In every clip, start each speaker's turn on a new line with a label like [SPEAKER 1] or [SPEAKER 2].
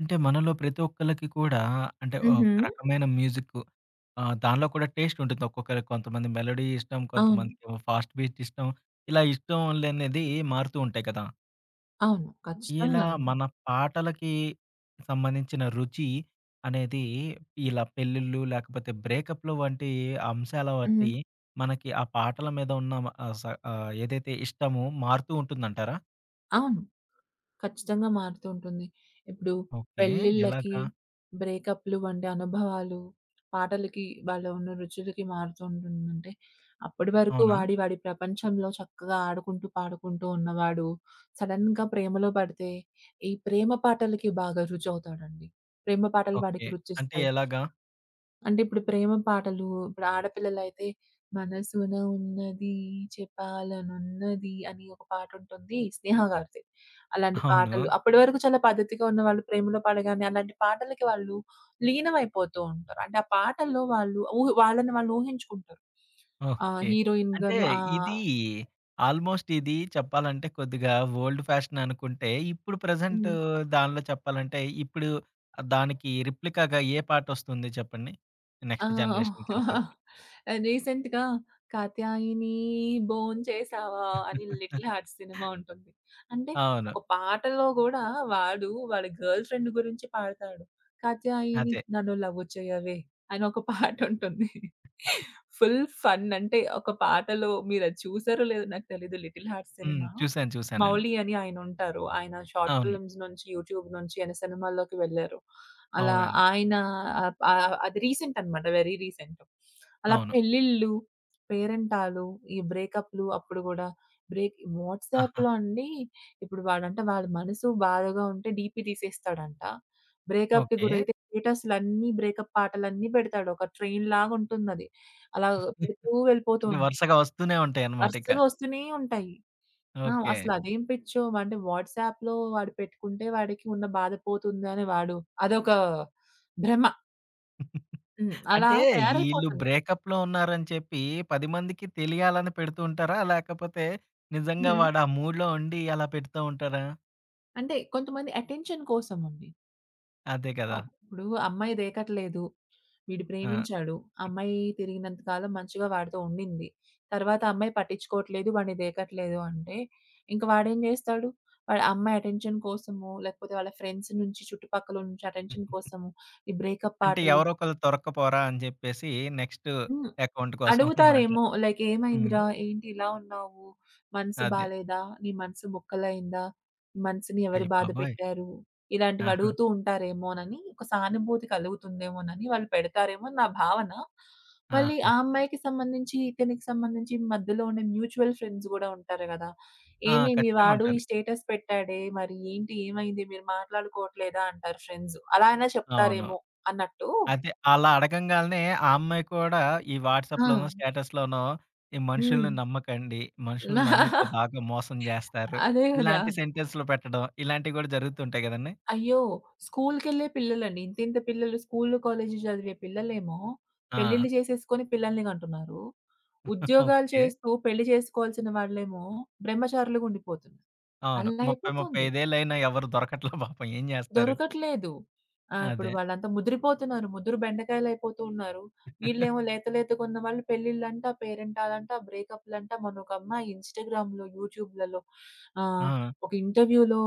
[SPEAKER 1] అంటే మనలో ప్రతి ఒక్కళ్ళకి కూడా అంటే ఒక
[SPEAKER 2] హుహు.
[SPEAKER 1] రకమైన మ్యూజిక్ దానిలో కూడా టేస్ట్ ఉంటుంది. ఒక్కొక్కరికి కొంతమంది మెలోడీ ఇష్టం,
[SPEAKER 2] అవును.
[SPEAKER 1] కొంతమందికేమో ఫాస్ట్ బీట్ ఇష్టం. ఇలా ఇష్టంలనేది మారుతూ ఉంటాయి కదా!
[SPEAKER 2] అవును.
[SPEAKER 1] ఇలా
[SPEAKER 2] ఖచ్చితంగానండి.
[SPEAKER 1] మన పాటలకి సంబంధించిన రుచి అనేది ఇలా పెళ్ళిళ్ళు లేకపోతే బ్రేకప్‌లు వంటి అంశాల
[SPEAKER 2] హుహు.
[SPEAKER 1] బట్టి మనకి ఆ పాటల మీద ఉన్న ఆహ్, స ఏదైతే ఇష్టమో మారుతూ ఉంటుందంటారా?
[SPEAKER 2] అవును. ఖచ్చితంగా మారుతూ ఉంటుంది. ఇప్పుడు
[SPEAKER 1] ఓకే.
[SPEAKER 2] పెళ్ళిళ్ళకి,
[SPEAKER 1] ఎలాగా?
[SPEAKER 2] బ్రేకప్‌లు వంటి అనుభవాలు పాటలకి వాళ్ళ ఉన్న రుచులకి మారుతూ ఉంటుందంటే, అప్పటి వరకు
[SPEAKER 1] అవునా?
[SPEAKER 2] వాడి ప్రపంచంలో చక్కగా ఆడుకుంటూ, పాడుకుంటూ ఉన్నవాడు సడెన్‌గా ప్రేమలో పడితే, ఈ ప్రేమ పాటలకి బాగా రుచవుతాడండి. ప్రేమ పాటలు
[SPEAKER 1] ఓకే.
[SPEAKER 2] వాడికి
[SPEAKER 1] అంటే
[SPEAKER 2] రుచిస్తాయి.
[SPEAKER 1] ఎలాగా?
[SPEAKER 2] అంటే ఇప్పుడు ప్రేమ పాటలు, ఇప్పుడు ఆడపిల్లలైతే 'మనసున ఉన్నది చెప్పాలనున్నది' అని ఒక పాటుంటుంది స్నేహ గారిది. అలాంటి
[SPEAKER 1] అవును.
[SPEAKER 2] పాటలు అప్పటి వరకు చాలా పద్ధతిగా ఉన్నవాళ్ళు ప్రేమలో పడగానే అలాంటి పాటలకి వాళ్ళు లీనమైపోతూ ఉంటారు. అంటే ఆ పాటల్లో వాళ్ళు ఊహ వాళ్ళని వాళ్ళు ఊహించుకుంటారు. ఆ
[SPEAKER 1] ఓకే. అంటే
[SPEAKER 2] హీరోయిన్‌గాను ఆ!
[SPEAKER 1] ఇది ఆల్‌మోస్ట్ ఇది చెప్పాలంటే కొద్దిగా ఓల్డ్ ఫ్యాషన్ అనుకుంటే, ఇప్పుడు ప్రెజెంట్
[SPEAKER 2] హ్మ్.
[SPEAKER 1] దానిలో చెప్పాలంటే, ఇప్పుడు దానికి రిప్లికాగా ఏ పాటొస్తుంది చెప్పండి?
[SPEAKER 2] ఆ!
[SPEAKER 1] నెక్స్ట్ జనరేషన్‌కి అనుకోవచ్చు.
[SPEAKER 2] రీసెంట్‌గా 'కాత్యాయని భోంచేసావా' అని 'లిటిల్ హార్ట్స్' సినిమా ఉంటుంది. అంటే
[SPEAKER 1] అవును.
[SPEAKER 2] ఒక పాటలో గూడా వాడు వాడి గర్ల్ ఫ్రెండ్ గురించి పాడతాడు. 'కాత్యాయని
[SPEAKER 1] అదే.
[SPEAKER 2] నన్ను లవ్ చేయవే' అని ఒక పాటుంటుంది. ఫుల్ ఫన్ అంటే ఒక పాటలో మీరది చూసారో లేదో నాకు తెలీదు 'లిటిల్ హార్ట్స్'
[SPEAKER 1] హ్మ్.
[SPEAKER 2] సినిమా.
[SPEAKER 1] చూసాను. చూసానండి.
[SPEAKER 2] మౌలి అని ఆయనుంటారు. ఆయన షార్ట్
[SPEAKER 1] అవును.
[SPEAKER 2] ఫిల్మ్స్ నుంచి, యూట్యూబ్ నుంచి ఆయన సినిమాల్లోకి వెళ్లారు. అలా
[SPEAKER 1] అవునండి.
[SPEAKER 2] ఆయన ఆహ్, ఆహ్, అది రీసెంట్ అనమాట. Very recent. అలా
[SPEAKER 1] అవును.
[SPEAKER 2] పెళ్ళిళ్ళు, పేరంటాలు, ఈ బ్రేకప్‌లు అప్పుడు గూడా
[SPEAKER 1] ఆహా!
[SPEAKER 2] వాట్సాప్‌లో అండి ఇప్పుడు వాడంట వాడి మనసు బాధగా ఉంటే డీపీ తీసేస్తాడంట. బ్రేకప్‌కి
[SPEAKER 1] ఓకే.
[SPEAKER 2] గురైతే స్టేటస్‌లన్నీ బ్రేకప్ పాటలన్నీ పెడతాడు. ఒక ట్రైన్ లాగుంటుందది. అలా పెడుతూ వెళ్ళిపోతూ
[SPEAKER 1] అంటే వరుసగా వస్తూనే ఉంటాయన్నమాట ఇక.
[SPEAKER 2] వరుసగా వస్తూనే ఉంటాయి. ఆ!
[SPEAKER 1] ఓకే.
[SPEAKER 2] అసలు అదేం పిచ్చో అంటే వాట్సాప్‌లో వాడు పెట్టుకుంటే వాడికి ఉన్న బాధ పోతుంది అని వాడు అదొక భ్రమ. హ్మ్. అలా
[SPEAKER 1] అంటే ఈళ్ళు
[SPEAKER 2] తయారైపోతున్నారు.
[SPEAKER 1] బ్రేకప్‌లో ఉన్నారని చెప్పి 10 మందికి తెలియాలని పెడుతూ ఉంటారా? లేకపోతే నిజంగా
[SPEAKER 2] హ్మ్.
[SPEAKER 1] వాడు ఆ మూడ్‌లో ఉండి అలా పెడుతూ ఉంటారా?
[SPEAKER 2] అంటే కొంతమంది అటెన్షన్ కోసమండి.
[SPEAKER 1] అదే కదా!
[SPEAKER 2] ఇప్పుడు అమ్మాయి రేకట్లేదు. వీడు
[SPEAKER 1] ఆ!
[SPEAKER 2] ప్రేమించాడు. అమ్మాయి తిరిగినంత కాలం మంచిగా వాడితో ఉండింది. తర్వాత అమ్మాయి పట్టించుకోవట్లేదు. వాడిని రేకట్లేదు అంటే, ఇంక వాడేం జేస్తాడు? వాడు అమ్మాయి అటెన్షన్ కోసమో, లేకపోతే వాళ్ళ ఫ్రెండ్స్ నుంచి, చుట్టుపక్కల నుంచి అటెన్షన్ కోసము ఈ బ్రేకప్
[SPEAKER 1] అంటే
[SPEAKER 2] పాటలు
[SPEAKER 1] ఎవరో ఒకళ్ళు దొరక్కపోరా అని చెప్పేసి నెక్స్ట్
[SPEAKER 2] హ్మ్.
[SPEAKER 1] అకౌంట్ కోసం అన్నమాట.
[SPEAKER 2] అడుగుతారేమో లైక్
[SPEAKER 1] హ్మ్.
[SPEAKER 2] "ఏమైందిరా? ఏంటి ఇలా ఉన్నావు? మనసు
[SPEAKER 1] అదే.
[SPEAKER 2] బాలేదా? నీ మనసు ముక్కలయిందా? మనసుని ఎవరు
[SPEAKER 1] అయ్య
[SPEAKER 2] బాధ
[SPEAKER 1] బాబోయ్!
[SPEAKER 2] పెట్టారు?" ఇలాంటివి
[SPEAKER 1] ఆహా!
[SPEAKER 2] అడుగుతూ ఉంటారేమోనని, ఒక సానుభూతి కలుగుతుందేమోనని వాళ్ళు పెడతారేమో అని నా భావన. మళ్ళీ
[SPEAKER 1] ఆహా!
[SPEAKER 2] ఆ అమ్మాయికి సంబంధించి, ఇతనికి సంబంధించి మధ్యలో ఉండే మ్యూచువల్ ఫ్రెండ్స్ గూడా ఉంటారు గదా!
[SPEAKER 1] ఆ!
[SPEAKER 2] "ఏమి మీ
[SPEAKER 1] ఖచ్చితంగా
[SPEAKER 2] వాడు ఈ
[SPEAKER 1] ఉంటారు.
[SPEAKER 2] స్టేటస్ పెట్టాడే, మరి ఏంటి ఏమైంది? మీరు మాట్లాడుకోవట్లేదా?" అంటారు ఫ్రెండ్స్. అలా అయినా
[SPEAKER 1] అవును.
[SPEAKER 2] చెప్తారేమో అన్నట్టు.
[SPEAKER 1] అదే అలా అడగంగాల్నే ఆ అమ్మాయి కూడా ఈ
[SPEAKER 2] ఆ!
[SPEAKER 1] వాట్సాప్‌లోనో, స్టేటస్‌లోనో ఈ
[SPEAKER 2] హ్మ్.
[SPEAKER 1] మనుషుల్ని నమ్మకండి. మనుషుల్ని నమ్మితే బాగా మోసం జేస్తారు.
[SPEAKER 2] అదే గదా!
[SPEAKER 1] ఇలాంటి సెంటెన్స్‌లు పెట్టడం ఇలాంటివి గూడా జరుగుతుంటాయి గదండీ!
[SPEAKER 2] అయ్యో! స్కూలుకెళ్ళే పిల్లలండి. ఇంతింత పిల్లలు స్కూలు, కాలేజీ చదివే పిల్లలేమో
[SPEAKER 1] ఆ!
[SPEAKER 2] పెళ్లిళ్లు చేసేసుకొని పిల్లల్ని కంటున్నారు. ఉద్యోగాలు
[SPEAKER 1] ఓకే.
[SPEAKER 2] చేస్తూ పెళ్లి చేసుకోవాల్సిన వాళ్ళేమో బ్రహ్మచారులుగా ఉండిపోతున్నారు.
[SPEAKER 1] అవును.
[SPEAKER 2] అలా
[SPEAKER 1] 30,
[SPEAKER 2] అయిపోతుంది.
[SPEAKER 1] 35 ఏళ్లైనా ఎవరు దొరకట్లా పాపం ఏం జేస్తారు?
[SPEAKER 2] దొరకట్లేదు. ఆ! ఇప్పుడు
[SPEAKER 1] అదే.
[SPEAKER 2] వాళ్ళంతా ముదిరిపోతున్నారు. ముదురు బెండకాయలయిపోతూ ఉన్నారు. వీళ్ళేమో లేత లేతగున్న వాళ్ళు పెళ్ళిళ్ళంట, పేరెంటాలంట, బ్రేకప్‌లంట. మొన్న ఒక అమ్మాయి ఇన్‌స్టాగ్రామ్‌లో, యూట్యూబ్‌లలో ఆహ్,
[SPEAKER 1] ఆ!
[SPEAKER 2] ఒక ఇంటర్వ్యూలో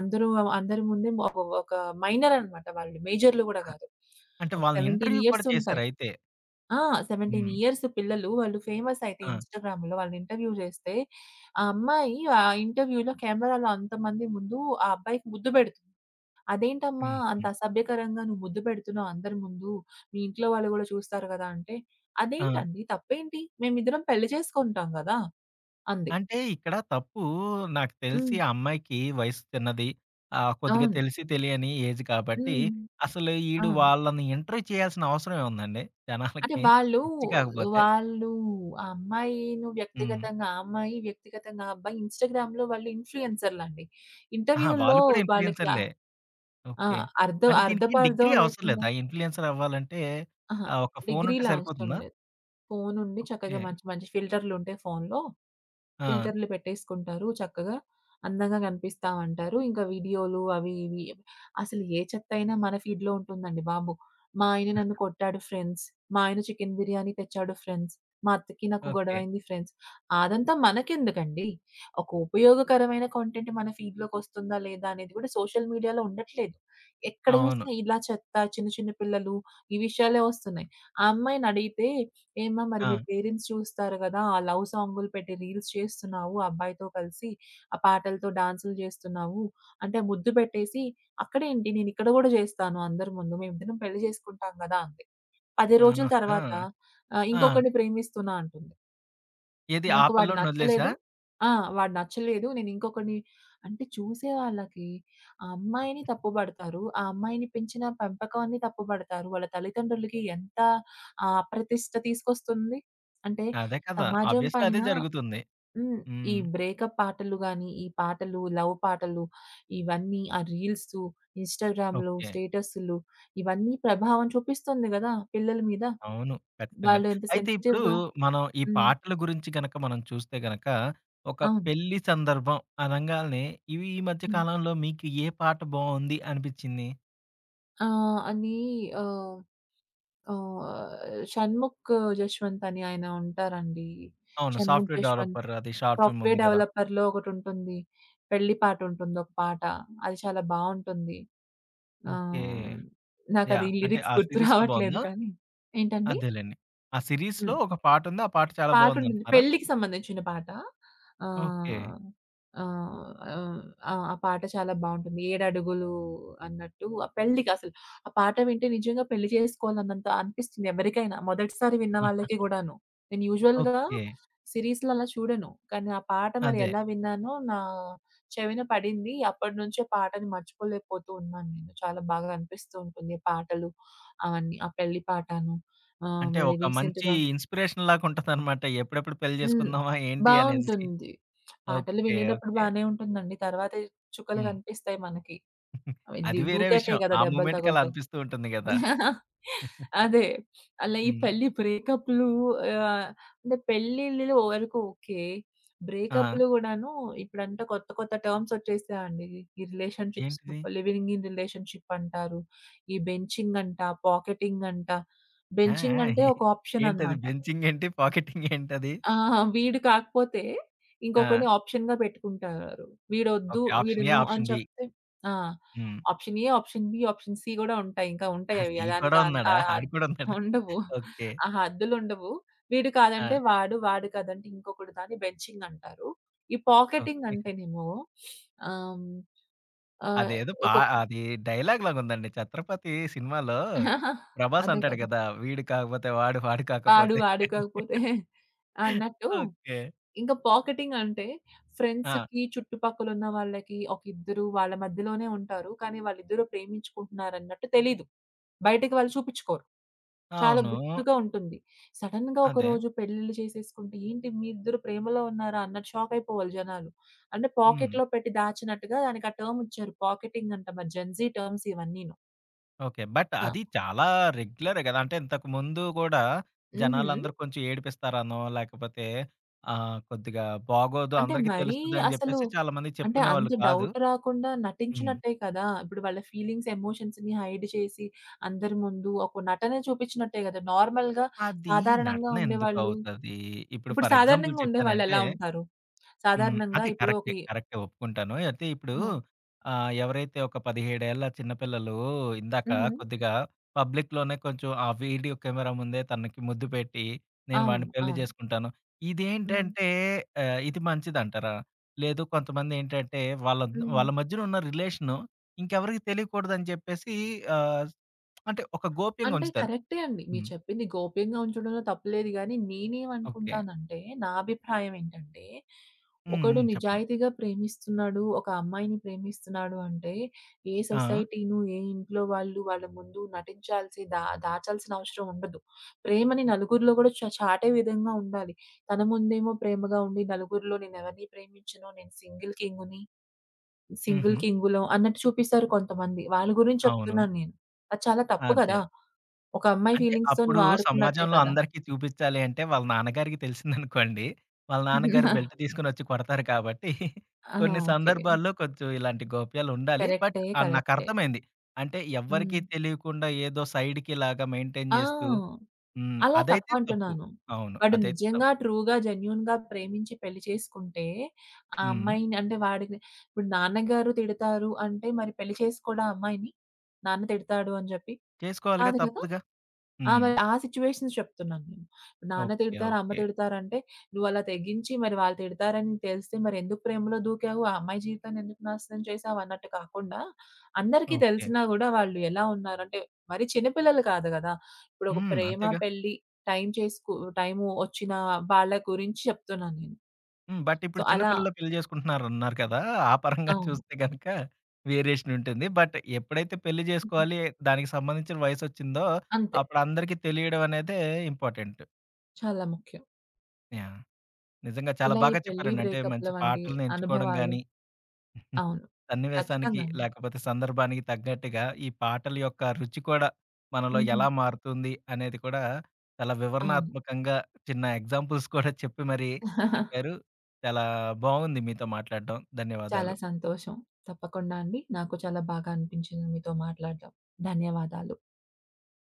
[SPEAKER 2] అందరూ అందరి ముందే ఒక ఒక మైనర్ అనమాట వాళ్ళు. మేజర్‌లు గూడా
[SPEAKER 1] అ
[SPEAKER 2] గాదు.
[SPEAKER 1] అంటే
[SPEAKER 2] ఒక
[SPEAKER 1] వాళ్ళని
[SPEAKER 2] 17
[SPEAKER 1] ఇంటర్వ్యూ కూడా
[SPEAKER 2] ఇయర్స్ ఉంటాయి.
[SPEAKER 1] చేసారైతే.
[SPEAKER 2] ఆ! 17
[SPEAKER 1] హ్మ్.
[SPEAKER 2] ఇయర్స్ పిల్లలు వాళ్ళు ఫేమస్ అయితే
[SPEAKER 1] ఆ!
[SPEAKER 2] ఇన్‌స్టాగ్రామ్‌లో వాళ్ళు ఇంటర్వ్యూ జేస్తే, ఆ అమ్మాయి ఆ ఇంటర్వ్యూలో కెమెరాలో అంతమంది ముందు ఆ అబ్బాయికి ముద్దు బెడుతుంది. అదేంటమ్మా!
[SPEAKER 1] హ్మ్.
[SPEAKER 2] అంత
[SPEAKER 1] హ్మ్.
[SPEAKER 2] అసభ్యకరంగా నువ్వు ముద్దు పెడుతున్నావు అందరి ముందు. మీ ఇంట్లో వాళ్ళు గూడా చూస్తారు గదా! అంటే,
[SPEAKER 1] ఆ!
[SPEAKER 2] అదేంటండి తప్పేంటి? మేమిద్దరం పెళ్లి చేసుకుంటాం గదా! అంది.
[SPEAKER 1] అంటే ఇక్కడ తప్పు నాకు తెలిసి
[SPEAKER 2] హ్మ్.
[SPEAKER 1] ఆ అమ్మాయికి వయసు చిన్నది. కొద్దిగా
[SPEAKER 2] అవును.
[SPEAKER 1] తెలిసి తెలియని ఏజ్ కాబట్టి,
[SPEAKER 2] హ్మ్.
[SPEAKER 1] అసలు ఈడు
[SPEAKER 2] అవును.
[SPEAKER 1] వాళ్ళని ఇంటర్వ్యూ చేయాల్సిన అవసరం ఏముందండి
[SPEAKER 2] అంటే
[SPEAKER 1] జనాలకి?
[SPEAKER 2] వాళ్ళు,
[SPEAKER 1] పిచ్చి కాకపోతే.
[SPEAKER 2] వాళ్ళు ఆ అమ్మాయిను
[SPEAKER 1] హ్మ్.
[SPEAKER 2] వ్యక్తిగతంగా ఆ అమ్మాయి, వ్యక్తిగతంగా ఆ అబ్బాయి ఇన్‌స్టాగ్రామ్‌లో వాళ్ళు ఇన్‌ఫ్లుయెన్సర్‌లండి.
[SPEAKER 1] అహా!
[SPEAKER 2] ఇంటర్వ్యూల్లో
[SPEAKER 1] వాళ్ళు కూడా
[SPEAKER 2] వాళ్ళకి
[SPEAKER 1] ఇన్‌ఫ్లుయెన్సర్‌లే.
[SPEAKER 2] ఆ!
[SPEAKER 1] ఓకే.
[SPEAKER 2] అర్థం
[SPEAKER 1] అంటే దీనికి డిగ్రీ
[SPEAKER 2] అర్థపర్థం
[SPEAKER 1] అవసరం
[SPEAKER 2] లేకుండా
[SPEAKER 1] లేదా? ఇన్‌ఫ్లుయెన్సర్ అవ్వాలంటే
[SPEAKER 2] అహా!
[SPEAKER 1] ఒక ఫోన్ ఉంటే
[SPEAKER 2] డిగ్రీలు అవసరం
[SPEAKER 1] సరిపోతుందా?
[SPEAKER 2] లేదు. ఫోనుండి
[SPEAKER 1] ఓకే.
[SPEAKER 2] చక్కగా మంచి మంచి ఫిల్టర్‌లుంటాయి ఫోనులో
[SPEAKER 1] ఆ!
[SPEAKER 2] ఫిల్టర్‌లు పెట్టేసుకుంటారు. చక్కగా అందంగా కనిపిస్తామంటారు. ఇంకా వీడియోలు అవి ఇవి అసలు ఏ చెత్తయినా మన ఫీడ్‌లో ఉంటుందండి బాబు. మా ఆయన నన్ను కొట్టాడు ఫ్రెండ్స్. మా ఆయన చికెన్ బిర్యానీ తెచ్చాడు ఫ్రెండ్స్. మా అత్తకి నాకు
[SPEAKER 1] ఓకే.
[SPEAKER 2] గొడవైంది ఫ్రెండ్స్. అదంతా మనకెందుకండి? ఒక ఉపయోగకరమైన కంటెంట్ మన ఫీడ్‌లోకొస్తుందా లేదా అనేది కూడా సోషల్ మీడియాలో ఉండట్లేదు. ఎక్కడ
[SPEAKER 1] అవును.
[SPEAKER 2] చూసినా ఇలా చెత్త, చిన్న చిన్న పిల్లలు ఈ విషయాలే వస్తున్నాయి. ఆ అమ్మాయినడిగితే ఏమ్మా! మరి
[SPEAKER 1] ఆ!
[SPEAKER 2] మీ పేరెంట్స్ చూస్తారు గదా! ఆ లవ్ సాంగులు పెట్టి రీల్స్ చేస్తున్నావు. ఆ అబ్బాయితో కలిసి ఆ పాటలతో డాన్సులు జేస్తున్నావు. అంటే ముద్దు పెట్టేసి, అక్కడేంటి నేనిక్కడ గూడా జేస్తాను అందరి ముందు. మేమిద్దరం పెళ్లి జేసుకుంటాం గదా! అంది. 10 రోజుల
[SPEAKER 1] ఆహా!
[SPEAKER 2] తర్వాత
[SPEAKER 1] ఆ!
[SPEAKER 2] ఇంకొకడిని ప్రేమిస్తున్నా అంటుంది.
[SPEAKER 1] ఏది ఆ
[SPEAKER 2] నాకు వాడు
[SPEAKER 1] పిల్లోడినొదిలేసా?
[SPEAKER 2] నచ్చలేదు. ఆ! వాడు నచ్చలేదు. నేనింకొకడిని అంటే చూసే వాళ్ళకి ఆ అమ్మాయిని తప్పుబడతారు. ఆ అమ్మాయిని పెంచిన పెంపకాన్ని తప్పుబడతారు. వాళ్ళ తల్లిదండ్రులకి ఎంత అప్రతిష్ట తీసుకొస్తుంది. అంటే
[SPEAKER 1] అదే కదా!
[SPEAKER 2] సమాజం
[SPEAKER 1] ఆబ్వియస్లీ అదే
[SPEAKER 2] పైన
[SPEAKER 1] జరుగుతుంది.
[SPEAKER 2] హ్మ్. ఈ
[SPEAKER 1] హ్మ్.
[SPEAKER 2] బ్రేకప్ పాటలు గాని, ఈ పాటలు, లవ్ పాటలు ఇవన్నీ ఆ రీల్సు, ఇన్‌స్టాగ్రామ్‌లు,
[SPEAKER 1] ఓకే.
[SPEAKER 2] స్టేటస్‌లు ఇవన్నీ ప్రభావం చూపిస్తుంది గదా! పిల్లల మీద.
[SPEAKER 1] అవును. ఖచ్చితంగా.
[SPEAKER 2] వాళ్ళు ఎంత
[SPEAKER 1] అయితే ఇప్పుడు
[SPEAKER 2] సెన్సిటివ్‌గా
[SPEAKER 1] మనం ఈ
[SPEAKER 2] హ్మ్.
[SPEAKER 1] పాటల గురించి గనక మనం చూస్తే గనక, ఒక
[SPEAKER 2] అవును.
[SPEAKER 1] పెళ్లి సందర్భం అనంగాల్నే ఇవి ఈ మధ్య కాలంలో మీకు ఏ పాట బావుంది అనిపిచ్చింది?
[SPEAKER 2] ఆ! అని ఆహ్, ఆహ్, 'షణ్ముఖ్ జశ్వంత్' అని ఆయన ఉంటారండి.
[SPEAKER 1] అవును.
[SPEAKER 2] 'షణ్ముఖ్
[SPEAKER 1] సాఫ్ట్‌వేర్
[SPEAKER 2] జశ్వంత్'
[SPEAKER 1] డెవలపర్ అది షార్ట్ ఫిల్మ్ ఉంది
[SPEAKER 2] సాఫ్ట్‌వేర్
[SPEAKER 1] గదా!
[SPEAKER 2] డెవలపర్‌లో ఒకటుంటుంది. పెళ్లి పాటుంటుంది ఒక పాట. అది చాలా బావుంటుంది.
[SPEAKER 1] ఓకే.
[SPEAKER 2] ఆహ్,
[SPEAKER 1] యాహ్!
[SPEAKER 2] నాకది
[SPEAKER 1] అంటే ఆ
[SPEAKER 2] లిరిక్స్ గుర్తు
[SPEAKER 1] సీరీస్‌లో
[SPEAKER 2] రావట్లేదు
[SPEAKER 1] బావుందా?
[SPEAKER 2] కానీ ఏంటండి?
[SPEAKER 1] అదేలెండి. ఆ సీరీస్‌లో
[SPEAKER 2] హ్మ్.
[SPEAKER 1] ఒక పాటుంది. ఆ పాట చాలా
[SPEAKER 2] పాటుంటుంది.
[SPEAKER 1] బావుందంటున్నారా?
[SPEAKER 2] పెళ్ళికి సంబంధించిన పాట.
[SPEAKER 1] ఓకే.
[SPEAKER 2] ఆహ్, ఆహ్, ఆహ్, ఆ! ఆ పాట చాలా బావుంటుంది. 'ఏడడుగులు' అన్నట్టు ఆ పెళ్ళికసలు. ఆ పాట వింటే నిజంగా పెళ్లి చేసుకోవాలన్నంత అనిపిస్తుంది ఎవరికైనా. మొదటిసారి విన్న
[SPEAKER 1] ఆహా!
[SPEAKER 2] వాళ్ళకి గూడాను. నేను యూజువల్‌గా
[SPEAKER 1] ఓకే.
[SPEAKER 2] సీరీస్‌లు అలా చూడను. కానీ ఆ పాట మరి
[SPEAKER 1] అదే.
[SPEAKER 2] ఎలా విన్నానో నా చెవిన పడింది. అప్పటినుంచి ఆ పాటని మర్చిపోలేకపోతూ ఉన్నాను నేను. చాలా బాగా అనిపిస్తూ ఉంటుంది. పాటలు అవన్నీ. ఆ పెళ్లి పాటను.
[SPEAKER 1] అంటే
[SPEAKER 2] మళ్ళీ
[SPEAKER 1] ఒక మంచి
[SPEAKER 2] రీసెంట్‌గా
[SPEAKER 1] ఇన్‌స్పిరేషన్ లాగా ఉంటదనమాట. ఎప్పుడెప్పుడు పెళ్లి
[SPEAKER 2] హ్మ్.
[SPEAKER 1] జేసుకుందామా ఏంటి అనేసి.
[SPEAKER 2] బావుంటుంది. పాటలు
[SPEAKER 1] ఓకే.
[SPEAKER 2] వినేటప్పుడు
[SPEAKER 1] ఓకే.
[SPEAKER 2] బానే ఉంటుందండి. తర్వాత చుక్కలు
[SPEAKER 1] హ్మ్.
[SPEAKER 2] కనిపిస్తాయి మనకి. అవి దు
[SPEAKER 1] అది వేరే
[SPEAKER 2] దూకాకే
[SPEAKER 1] విషయం.
[SPEAKER 2] గదా!
[SPEAKER 1] ఆ
[SPEAKER 2] దెబ్బలు
[SPEAKER 1] మూమెంట్‌కి అలా
[SPEAKER 2] తగులుతాయి.
[SPEAKER 1] అనిపిస్తూ ఉంటుంది గదా!
[SPEAKER 2] అదే. అలా ఈ
[SPEAKER 1] హ్మ్.
[SPEAKER 2] పెళ్లి బ్రేకప్‌లు ఆహ్, అంటే పెళ్ళిళ్ళు వరకు ఓకే.
[SPEAKER 1] ఆ!
[SPEAKER 2] బ్రేకప్‌లు గూడాను ఇప్పుడంటే కొత్త కొత్త టర్మ్స్ వచ్చేసాయండి. ఈ రిలేషన్‌షిప్స్
[SPEAKER 1] ఏంటిది?
[SPEAKER 2] లివింగ్ ఇన్ రిలేషన్‌షిప్ అంటారు. ఈ బెంచింగ్ అంట, పాకెటింగ్ అంట.
[SPEAKER 1] ఆ! ఆ!
[SPEAKER 2] బెంచింగ్ అంటే
[SPEAKER 1] ఏ-
[SPEAKER 2] ఒక ఆప్షన్
[SPEAKER 1] ఏంటది
[SPEAKER 2] అన్నమాట.
[SPEAKER 1] బెంచింగ్ ఏంటి? పాకెటింగ్ ఏంటది?
[SPEAKER 2] ఆ! వీడు కాకపోతే
[SPEAKER 1] ఆ!
[SPEAKER 2] ఇంకొకడిని ఆప్షన్‌గా పెట్టుకుంటారు. వీడొద్దు,
[SPEAKER 1] ఓకే.
[SPEAKER 2] వీడు
[SPEAKER 1] ఆప్షన్ ఏ,
[SPEAKER 2] నో అని
[SPEAKER 1] ఆప్షన్ బి.
[SPEAKER 2] చెప్తే ఆ!
[SPEAKER 1] హ్మ్.
[SPEAKER 2] Option A, option B, option C గూడా ఉంటాయి. ఇంకా
[SPEAKER 1] ఆ!
[SPEAKER 2] ఉంటాయి అవి.
[SPEAKER 1] సి కూడా
[SPEAKER 2] దానికి ఆహ్,
[SPEAKER 1] ఉన్నాడా?
[SPEAKER 2] ఆహ్, ఆహ్,
[SPEAKER 1] ఆడు కూడా ఉన్నాడు.
[SPEAKER 2] ఉండవు.
[SPEAKER 1] ఓకే.
[SPEAKER 2] ఆ హద్దులుండవు. వీడు
[SPEAKER 1] ఆ!
[SPEAKER 2] కాదంటే వాడు, వాడు కాదంటే ఇంకొకడు దాన్ని బెంచింగ్ అంటారు. ఈ పాకెటింగ్
[SPEAKER 1] ఓకే.
[SPEAKER 2] అంటేనేమో ఆహ్, హ్మ్, ఆహ్,
[SPEAKER 1] అదేదో పా
[SPEAKER 2] ఒకొక్
[SPEAKER 1] అది డైలాగ్ లాగుందండి. 'ఛత్రపతి' సినిమాలో ప్రభాస్
[SPEAKER 2] అదే
[SPEAKER 1] అంటాడు
[SPEAKER 2] కదా!
[SPEAKER 1] గదా! వీడు కాకపోతే వాడు, వాడు
[SPEAKER 2] వాడు,
[SPEAKER 1] కాకపోతే
[SPEAKER 2] వాడు కాకపోతే అన్నట్టు
[SPEAKER 1] ఓకే.
[SPEAKER 2] ఇంకా పాకెటింగ్ అంటే
[SPEAKER 1] ఆ!
[SPEAKER 2] ఫ్రెండ్స్‌కి, చుట్టుపక్కలున్న వాళ్ళకి ఒక ఇద్దరు వాళ్ళ మధ్యలోనే ఉంటారు. కానీ వాళ్ళిద్దరూ ప్రేమించుకుంటున్నారన్నట్టు తెలీదు. బయటికి వాళ్ళు చూపిచ్చుకోరు. చాలా
[SPEAKER 1] అవును.
[SPEAKER 2] గుట్టుగా ఉంటుంది. సడెన్‌గా
[SPEAKER 1] అదే.
[SPEAKER 2] ఒకరోజు పెళ్లిళ్ళు చేసేసుకుంటే, ఏంటి మీ ఇద్దరు ప్రేమలో ఉన్నారా? అన్నట్టు షాక్ అయిపోవాలి జనాలు. అంటే
[SPEAKER 1] హ్మ్.
[SPEAKER 2] పాకెట్‌లో పెట్టి దాచినట్టుగా దానికి ఆ టర్మ్ ఇచ్చారు. పాకెటింగ్ అంట మరి జెన్‌జీ టర్మ్స్ ఇవన్నీను.
[SPEAKER 1] ఓకే. బట్
[SPEAKER 2] ఆ!
[SPEAKER 1] అది చాలా రెగ్యులరే గదా! అంటే ఇంతకుముందు గూడా
[SPEAKER 2] హుహు.
[SPEAKER 1] జనాలందరూ కొంచెం ఏడిపిస్తారనో, లేకపోతే కొద్దిగా బాగోదు
[SPEAKER 2] అంటే
[SPEAKER 1] అందరికీ
[SPEAKER 2] మరీ
[SPEAKER 1] తెలుస్తదని
[SPEAKER 2] అసలు
[SPEAKER 1] జెప్పేసి చాలామంది
[SPEAKER 2] అంటే
[SPEAKER 1] చెప్పుకునేవాళ్ళు
[SPEAKER 2] అంత
[SPEAKER 1] కాదు.
[SPEAKER 2] డౌట్ రాకుండా
[SPEAKER 1] హ్మ్.
[SPEAKER 2] నటించినట్టే కదా! ఇప్పుడు వాళ్ళ ఫీలింగ్స్, ఎమోషన్స్‌ని హైడ్ చేసి అందరి ముందు ఒక నటనే చూపించినట్టే కదా! నార్మల్‌గా
[SPEAKER 1] అది
[SPEAKER 2] సాధారణంగా ఉండేవాళ్ళు
[SPEAKER 1] నటనెందుకవుతది? ఇప్పుడు
[SPEAKER 2] ఇప్పుడు
[SPEAKER 1] ఫర్ ఎగ్జాంపుల్
[SPEAKER 2] సాధారణంగా ఉండేవాళ్ళు
[SPEAKER 1] చెప్పానంటే
[SPEAKER 2] ఎలా ఉంటారు?
[SPEAKER 1] హ్మ్.
[SPEAKER 2] సాధారణంగా
[SPEAKER 1] అది
[SPEAKER 2] ఇప్పుడు ఒక
[SPEAKER 1] కరెక్టే.
[SPEAKER 2] ఈ
[SPEAKER 1] కరెక్టే ఒప్పుకుంటాను. అయితే ఇప్పుడు
[SPEAKER 2] ఆ!
[SPEAKER 1] ఎవరైతే ఒక 17 ఏళ్ల చిన్న పిల్లలు ఇందాక
[SPEAKER 2] హుహు.
[SPEAKER 1] కొద్దిగా పబ్లిక్‌లోనే కొంచెం ఆ వీడియో కెమెరా ముందే తనకి ముద్దు పెట్టి, నేను వాడిని
[SPEAKER 2] అవును.
[SPEAKER 1] పెళ్లి
[SPEAKER 2] అవును.
[SPEAKER 1] చేసుకుంటాను.
[SPEAKER 2] హ్మ్.
[SPEAKER 1] ఇదేంటంటే ఇది మంచిదంటారా? లేదు కొంతమందేంటంటే వాళ్ళ
[SPEAKER 2] హ్మ్.
[SPEAKER 1] వాళ్ళ మధ్యన ఉన్న రిలేషను ఇంకెవరికీ తెలియకూడదని చెప్పేసి ఆహ్, అంటే ఒక గోప్యంగా
[SPEAKER 2] అంటే
[SPEAKER 1] ఉంచుతారు.
[SPEAKER 2] కరెక్టే అండి. మీరు
[SPEAKER 1] హ్మ్.
[SPEAKER 2] చెప్పింది గోప్యంగా ఉంచడంలో తప్పులేదు గానీ,
[SPEAKER 1] ఓకే.
[SPEAKER 2] నేనేమనుకుంటానంటే, నా అభిప్రాయం ఏంటంటే,
[SPEAKER 1] హ్మ్.
[SPEAKER 2] ఒకడు
[SPEAKER 1] హ్మ్. చెప్పండి.
[SPEAKER 2] నిజాయితీగా ప్రేమిస్తున్నాడు, ఒక అమ్మాయిని ప్రేమిస్తున్నాడు అంటే, ఏ
[SPEAKER 1] ఆ!
[SPEAKER 2] సొసైటీను, ఏ ఇంట్లో వాళ్ళు వాళ్ళ ముందు నటించాల్సి, దాచాల్సిన అవసరం ఉండదు. ప్రేమని నలుగురిలో గూడా చాటే విధంగా ఉండాలి. తన ముందేమో ప్రేమగా ఉండి, నలుగురిలో నేనెవరిని ప్రేమించను, నేను సింగిల్ కింగుని, సింగిల్
[SPEAKER 1] హుహు.
[SPEAKER 2] కింగులం అన్నట్టు చూపిస్తారు కొంతమంది. వాళ్ళ గురించి
[SPEAKER 1] అవును.
[SPEAKER 2] చెప్తున్నాను నేను. అది చాలా తప్పు
[SPEAKER 1] అదే.
[SPEAKER 2] గదా! ఒక అమ్మాయి
[SPEAKER 1] అంటే
[SPEAKER 2] ఫీలింగ్స్‌తోని
[SPEAKER 1] అప్పుడు
[SPEAKER 2] వాడుకున్నట్టే
[SPEAKER 1] సమాజంలో
[SPEAKER 2] కదా!
[SPEAKER 1] అందరికీ చూపిచ్చాలి అంటే, వాళ్ళ నాన్నగారికి తెలిసిందనుకోండి. వాళ్ళ నాన్నగారు బెల్ట్ తీసుకొనొచ్చి కొడతారు కాబట్టి,
[SPEAKER 2] ఆ!
[SPEAKER 1] కొన్ని
[SPEAKER 2] ఓకే.
[SPEAKER 1] సందర్భాల్లో కొంచెం ఇలాంటి గోప్యాలుండాలి. బట్
[SPEAKER 2] కరెక్టే. కరెక్టే.
[SPEAKER 1] నాకర్థమైంది. అంటే ఎవ్వరికీ
[SPEAKER 2] హ్మ్.
[SPEAKER 1] తెలియకుండా ఏదో సైడ్‌కిలాగా మెయింటైన్
[SPEAKER 2] ఆ!
[SPEAKER 1] జేస్తూ హ్మ్.
[SPEAKER 2] అలా
[SPEAKER 1] అదైతే తప్పు.
[SPEAKER 2] తప్పంటున్నాను.
[SPEAKER 1] అవును.
[SPEAKER 2] వాడు
[SPEAKER 1] అదైతే
[SPEAKER 2] నిజంగా
[SPEAKER 1] తప్పు.
[SPEAKER 2] ట్రూగా, జెన్యూన్‌గా ప్రేమించి పెళ్లి చేసుకుంటే, ఆ
[SPEAKER 1] హ్మ్.
[SPEAKER 2] అమ్మాయిని అంటే వాడికి ఇప్పుడు నాన్నగారు తిడతారు అంటే, మరి పెళ్లి చేసుకోడా ఆ అమ్మాయిని? నాన్న తిడతాడు అని జెప్పి?
[SPEAKER 1] చేసుకోవాలిగా
[SPEAKER 2] కాదు కదా!
[SPEAKER 1] తప్పదుగా.
[SPEAKER 2] ఆ!
[SPEAKER 1] హ్మ్.
[SPEAKER 2] మరి ఆ సిట్యుయేషన్స్ చెప్తున్నాను నేను. నాన్న
[SPEAKER 1] ఓకే.
[SPEAKER 2] తిడతారు, అమ్మ
[SPEAKER 1] ఓకే.
[SPEAKER 2] తిడతారంటే, నువ్వలా తెగించి మరి వాళ్ళు తిడతారని తెలిస్తే మరెందుకు ప్రేమలో దూకావు? ఆ అమ్మాయి జీవితాన్ని ఎందుకు నాశనం చేసావు? అన్నట్టు కాకుండా, అందరికీ
[SPEAKER 1] ఓకే.
[SPEAKER 2] తెలిసినా గూడా వాళ్ళు ఎలా ఉన్నారంటే, మరీ చిన్న పిల్లలు కాదు గదా! ఇప్పుడు ఒక
[SPEAKER 1] హ్మ్.
[SPEAKER 2] ప్రేమ,
[SPEAKER 1] అంతేగా.
[SPEAKER 2] పెళ్లి టైం చేసుకు టైము వచ్చిన వాళ్ళ గురించి చెప్తున్నాను నేను.
[SPEAKER 1] హ్మ్. బట్
[SPEAKER 2] సో,
[SPEAKER 1] ఇప్పుడు చిన్న
[SPEAKER 2] అలా
[SPEAKER 1] పిల్లలు పెళ్లి చేసుకుంటున్నారన్నారు కదా! ఆ పరంగా
[SPEAKER 2] అవును.
[SPEAKER 1] చూస్తే గనక వేరియేషన్ ఉంటుంది. బట్ ఎప్పుడైతే పెళ్లి
[SPEAKER 2] హుహు.
[SPEAKER 1] చేసుకోవాలి, దానికి సంబంధించిన వయసొచ్చిందో
[SPEAKER 2] అంతే.
[SPEAKER 1] అప్పుడు అందరికీ తెలియడం అనేదే ఇంపార్టెంట్.
[SPEAKER 2] చాలా ముఖ్యం.
[SPEAKER 1] యాహ్! నిజంగా చాలా
[SPEAKER 2] ఇలా ఈ
[SPEAKER 1] బాగా
[SPEAKER 2] పెళ్లి
[SPEAKER 1] చెప్పారండి. అంటే
[SPEAKER 2] బ్రేకప్‌ల
[SPEAKER 1] మంచి
[SPEAKER 2] వంటి
[SPEAKER 1] పాటలను ఎంచుకోవడం
[SPEAKER 2] అనుభవాలు
[SPEAKER 1] గాని
[SPEAKER 2] అవును.
[SPEAKER 1] సన్నివేశానికి
[SPEAKER 2] ఖచ్చితంగా అండి.
[SPEAKER 1] లేకపోతే సందర్భానికి తగ్గట్టుగా ఈ పాటల యొక్క రుచి కూడా మనలో
[SPEAKER 2] హుహు.
[SPEAKER 1] ఎలా మారుతుంది అనేది కూడా చాలా
[SPEAKER 2] అవును.
[SPEAKER 1] వివరణాత్మకంగా చిన్న ఎగ్జాంపుల్స్ కూడా చెప్పి మరి చెప్పారు. చాలా బాగుంది మీతో మాట్లాడడం.
[SPEAKER 2] చాలా
[SPEAKER 1] ధన్యవాదాలు.
[SPEAKER 2] సంతోషం. తప్పకుండా అండి. నాకు చాలా బాగా అనిపించింది మీతో మాట్లాడడం. ధన్యవాదాలు.